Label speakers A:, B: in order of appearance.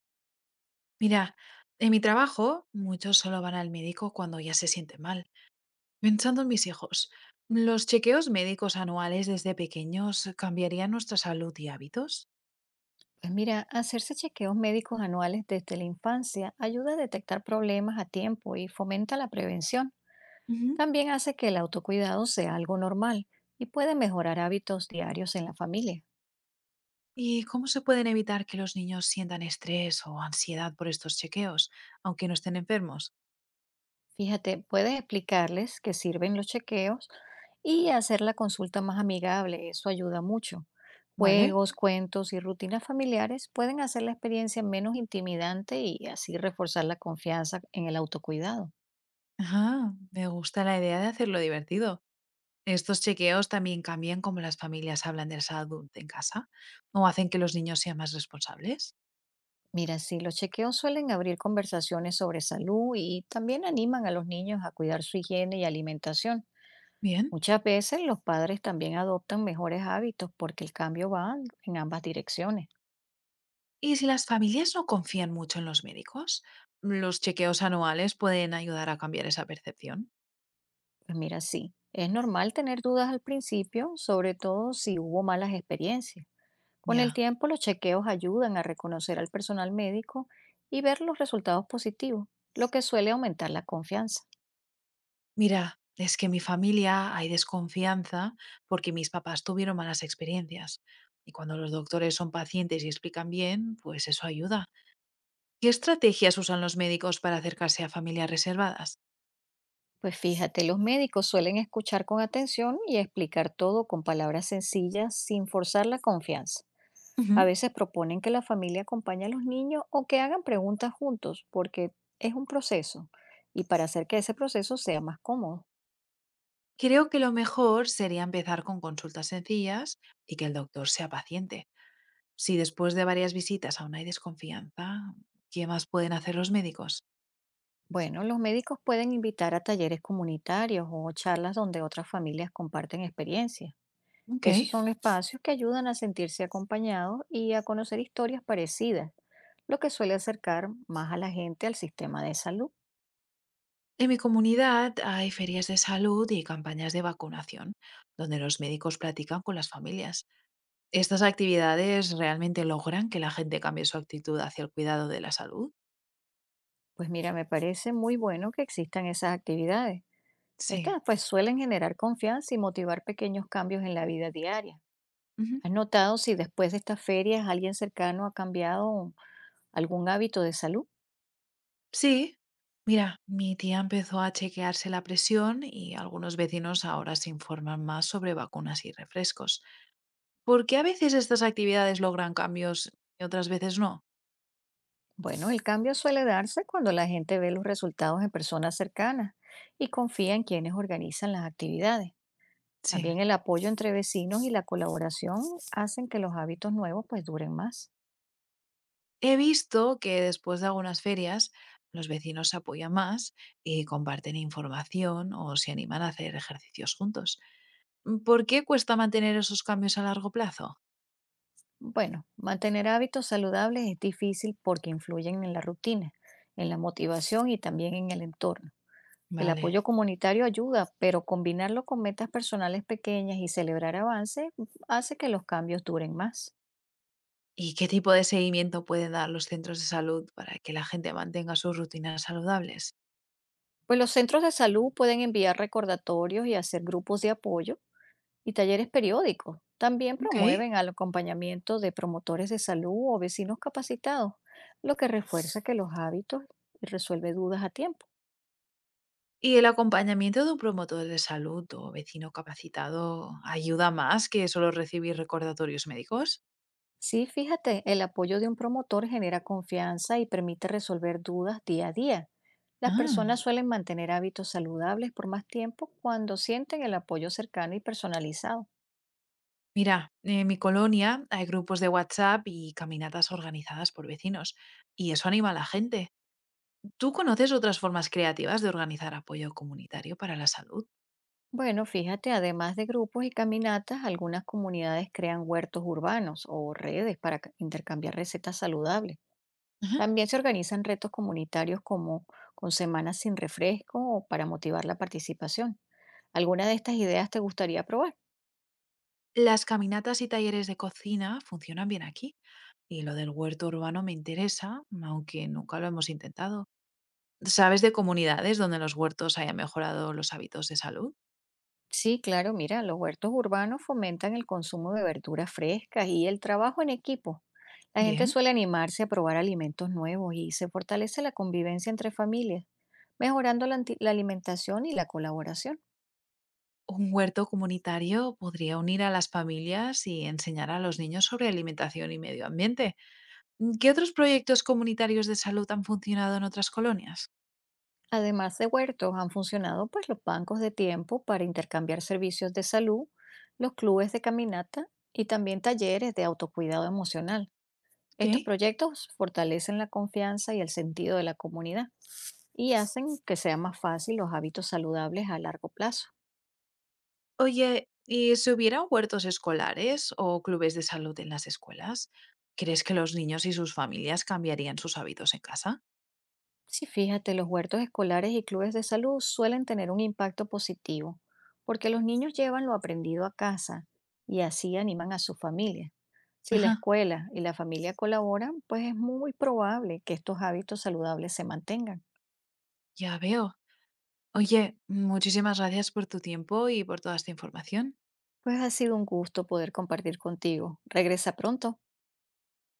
A: Mira, en mi trabajo muchos solo van al médico cuando ya se sienten mal. Pensando en mis hijos, ¿los chequeos médicos anuales desde pequeños cambiarían nuestra salud y hábitos?
B: Pues mira, hacerse chequeos médicos anuales desde la infancia ayuda a detectar problemas a tiempo y fomenta la prevención.
A: Ujú.
B: También hace que el autocuidado sea algo normal y puede mejorar hábitos diarios en la familia.
A: ¿Y cómo se pueden evitar que los niños sientan estrés o ansiedad por estos chequeos, aunque no estén enfermos?
B: Fíjate, puedes explicarles qué sirven los chequeos y hacer la consulta más amigable, eso ayuda mucho.
A: ¿Vale?
B: Juegos, cuentos y rutinas familiares pueden hacer la experiencia menos intimidante y así reforzar la confianza en el autocuidado.
A: Ajá, me gusta la idea de hacerlo divertido. ¿Estos chequeos también cambian cómo las familias hablan de la salud en casa? ¿O hacen que los niños sean más responsables?
B: Mira, sí, los chequeos suelen abrir conversaciones sobre salud y también animan a los niños a cuidar su higiene y alimentación.
A: Bien.
B: Muchas veces los padres también adoptan mejores hábitos porque el cambio va en ambas direcciones.
A: Y si las familias no confían mucho en los médicos, los chequeos anuales pueden ayudar a cambiar esa percepción.
B: Pues mira, sí, es normal tener dudas al principio, sobre todo si hubo malas experiencias. Con el
A: Ya.
B: tiempo, los chequeos ayudan a reconocer al personal médico y ver los resultados positivos, lo que suele aumentar la confianza.
A: Mira, es que en mi familia hay desconfianza porque mis papás tuvieron malas experiencias. Y cuando los doctores son pacientes y explican bien, pues eso ayuda. ¿Qué estrategias usan los médicos para acercarse a familias reservadas?
B: Pues fíjate, los médicos suelen escuchar con atención y explicar todo con palabras sencillas sin forzar la confianza. A
A: Ujú.
B: veces proponen que la familia acompañe a los niños o que hagan preguntas juntos, porque es un proceso y para hacer que ese proceso sea más cómodo.
A: Creo que lo mejor sería empezar con consultas sencillas y que el doctor sea paciente. Si después de varias visitas aún hay desconfianza, ¿qué más pueden hacer los médicos?
B: Bueno, los médicos pueden invitar a talleres comunitarios o charlas donde otras familias comparten experiencias.
A: Ok.
B: Esos son espacios que ayudan a sentirse acompañados y a conocer historias parecidas, lo que suele acercar más a la gente al sistema de salud.
A: En mi comunidad hay ferias de salud y campañas de vacunación, donde los médicos platican con las familias. ¿Estas actividades realmente logran que la gente cambie su actitud hacia el cuidado de la salud?
B: Pues mira, me parece muy bueno que existan esas actividades.
A: Sí.
B: Estas pues suelen generar confianza y motivar pequeños cambios en la vida diaria.
A: Ujú.
B: ¿Has notado si después de estas ferias alguien cercano ha cambiado algún hábito de salud?
A: Sí. Mira, mi tía empezó a chequearse la presión y algunos vecinos ahora se informan más sobre vacunas y refrescos. ¿Por qué a veces estas actividades logran cambios y otras veces no?
B: Bueno, el cambio suele darse cuando la gente ve los resultados en personas cercanas y confía en quienes organizan las actividades.
A: Sí.
B: También el apoyo entre vecinos y la colaboración hacen que los hábitos nuevos pues duren más.
A: He visto que después de algunas ferias los vecinos se apoyan más y comparten información o se animan a hacer ejercicios juntos. Mm, ¿por qué cuesta mantener esos cambios a largo plazo?
B: Bueno, mantener hábitos saludables es difícil porque influyen en la rutina, en la motivación y también en el entorno. El
A: Vale.
B: apoyo comunitario ayuda, pero combinarlo con metas personales pequeñas y celebrar avances hace que los cambios duren más.
A: ¿Y qué tipo de seguimiento pueden dar los centros de salud para que la gente mantenga sus rutinas saludables?
B: Pues los centros de salud pueden enviar recordatorios y hacer grupos de apoyo y talleres periódicos. También
A: Ok.
B: promueven al acompañamiento de promotores de salud o vecinos capacitados, lo que refuerza que los hábitos y resuelve dudas a tiempo.
A: Y el acompañamiento de un promotor de salud o vecino capacitado ayuda más que solo recibir recordatorios médicos.
B: Sí, fíjate, el apoyo de un promotor genera confianza y permite resolver dudas día a día. Las
A: Ah,
B: personas suelen mantener hábitos saludables por más tiempo cuando sienten el apoyo cercano y personalizado.
A: mira, en mi colonia hay grupos de WhatsApp y caminatas organizadas por vecinos, y eso anima a la gente. ¿Tú conoces otras formas creativas de organizar apoyo comunitario para la salud?
B: Bueno, fíjate, además de grupos y caminatas, algunas comunidades crean huertos urbanos o redes para intercambiar recetas saludables.
A: Ajá.
B: También se organizan retos comunitarios como con semanas sin refresco o para motivar la participación. ¿Alguna de estas ideas te gustaría probar?
A: Las caminatas y talleres de cocina funcionan bien aquí, y lo del huerto urbano me interesa, aunque nunca lo hemos intentado. ¿Sabes de comunidades donde los huertos hayan mejorado los hábitos de salud?
B: Sí, claro, mira, los huertos urbanos fomentan el consumo de verduras frescas y el trabajo en equipo. La gente
A: Bien.
B: suele animarse a probar alimentos nuevos y se fortalece la convivencia entre familias, mejorando la, la alimentación y la colaboración.
A: Un huerto comunitario podría unir a las familias y enseñar a los niños sobre alimentación y medio ambiente. Mm, ¿qué otros proyectos comunitarios de salud han funcionado en otras colonias?
B: Además de huertos, han funcionado pues los bancos de tiempo para intercambiar servicios de salud, los clubes de caminata y también talleres de autocuidado emocional.
A: Ok.
B: Estos proyectos fortalecen la confianza y el sentido de la comunidad y hacen que sea más fácil los hábitos saludables a largo plazo.
A: Oye, ¿y si hubiera huertos escolares o clubes de salud en las escuelas? ¿Crees que los niños y sus familias cambiarían sus hábitos en casa?
B: Sí, fíjate, los huertos escolares y clubes de salud suelen tener un impacto positivo porque los niños llevan lo aprendido a casa y así animan a su familia. Si la
A: Ajá,
B: escuela y la familia colaboran, pues es muy probable que estos hábitos saludables se mantengan.
A: ya veo. Oye, muchísimas gracias por tu tiempo y por toda esta información.
B: Pues ha sido un gusto poder compartir contigo. Regresa pronto.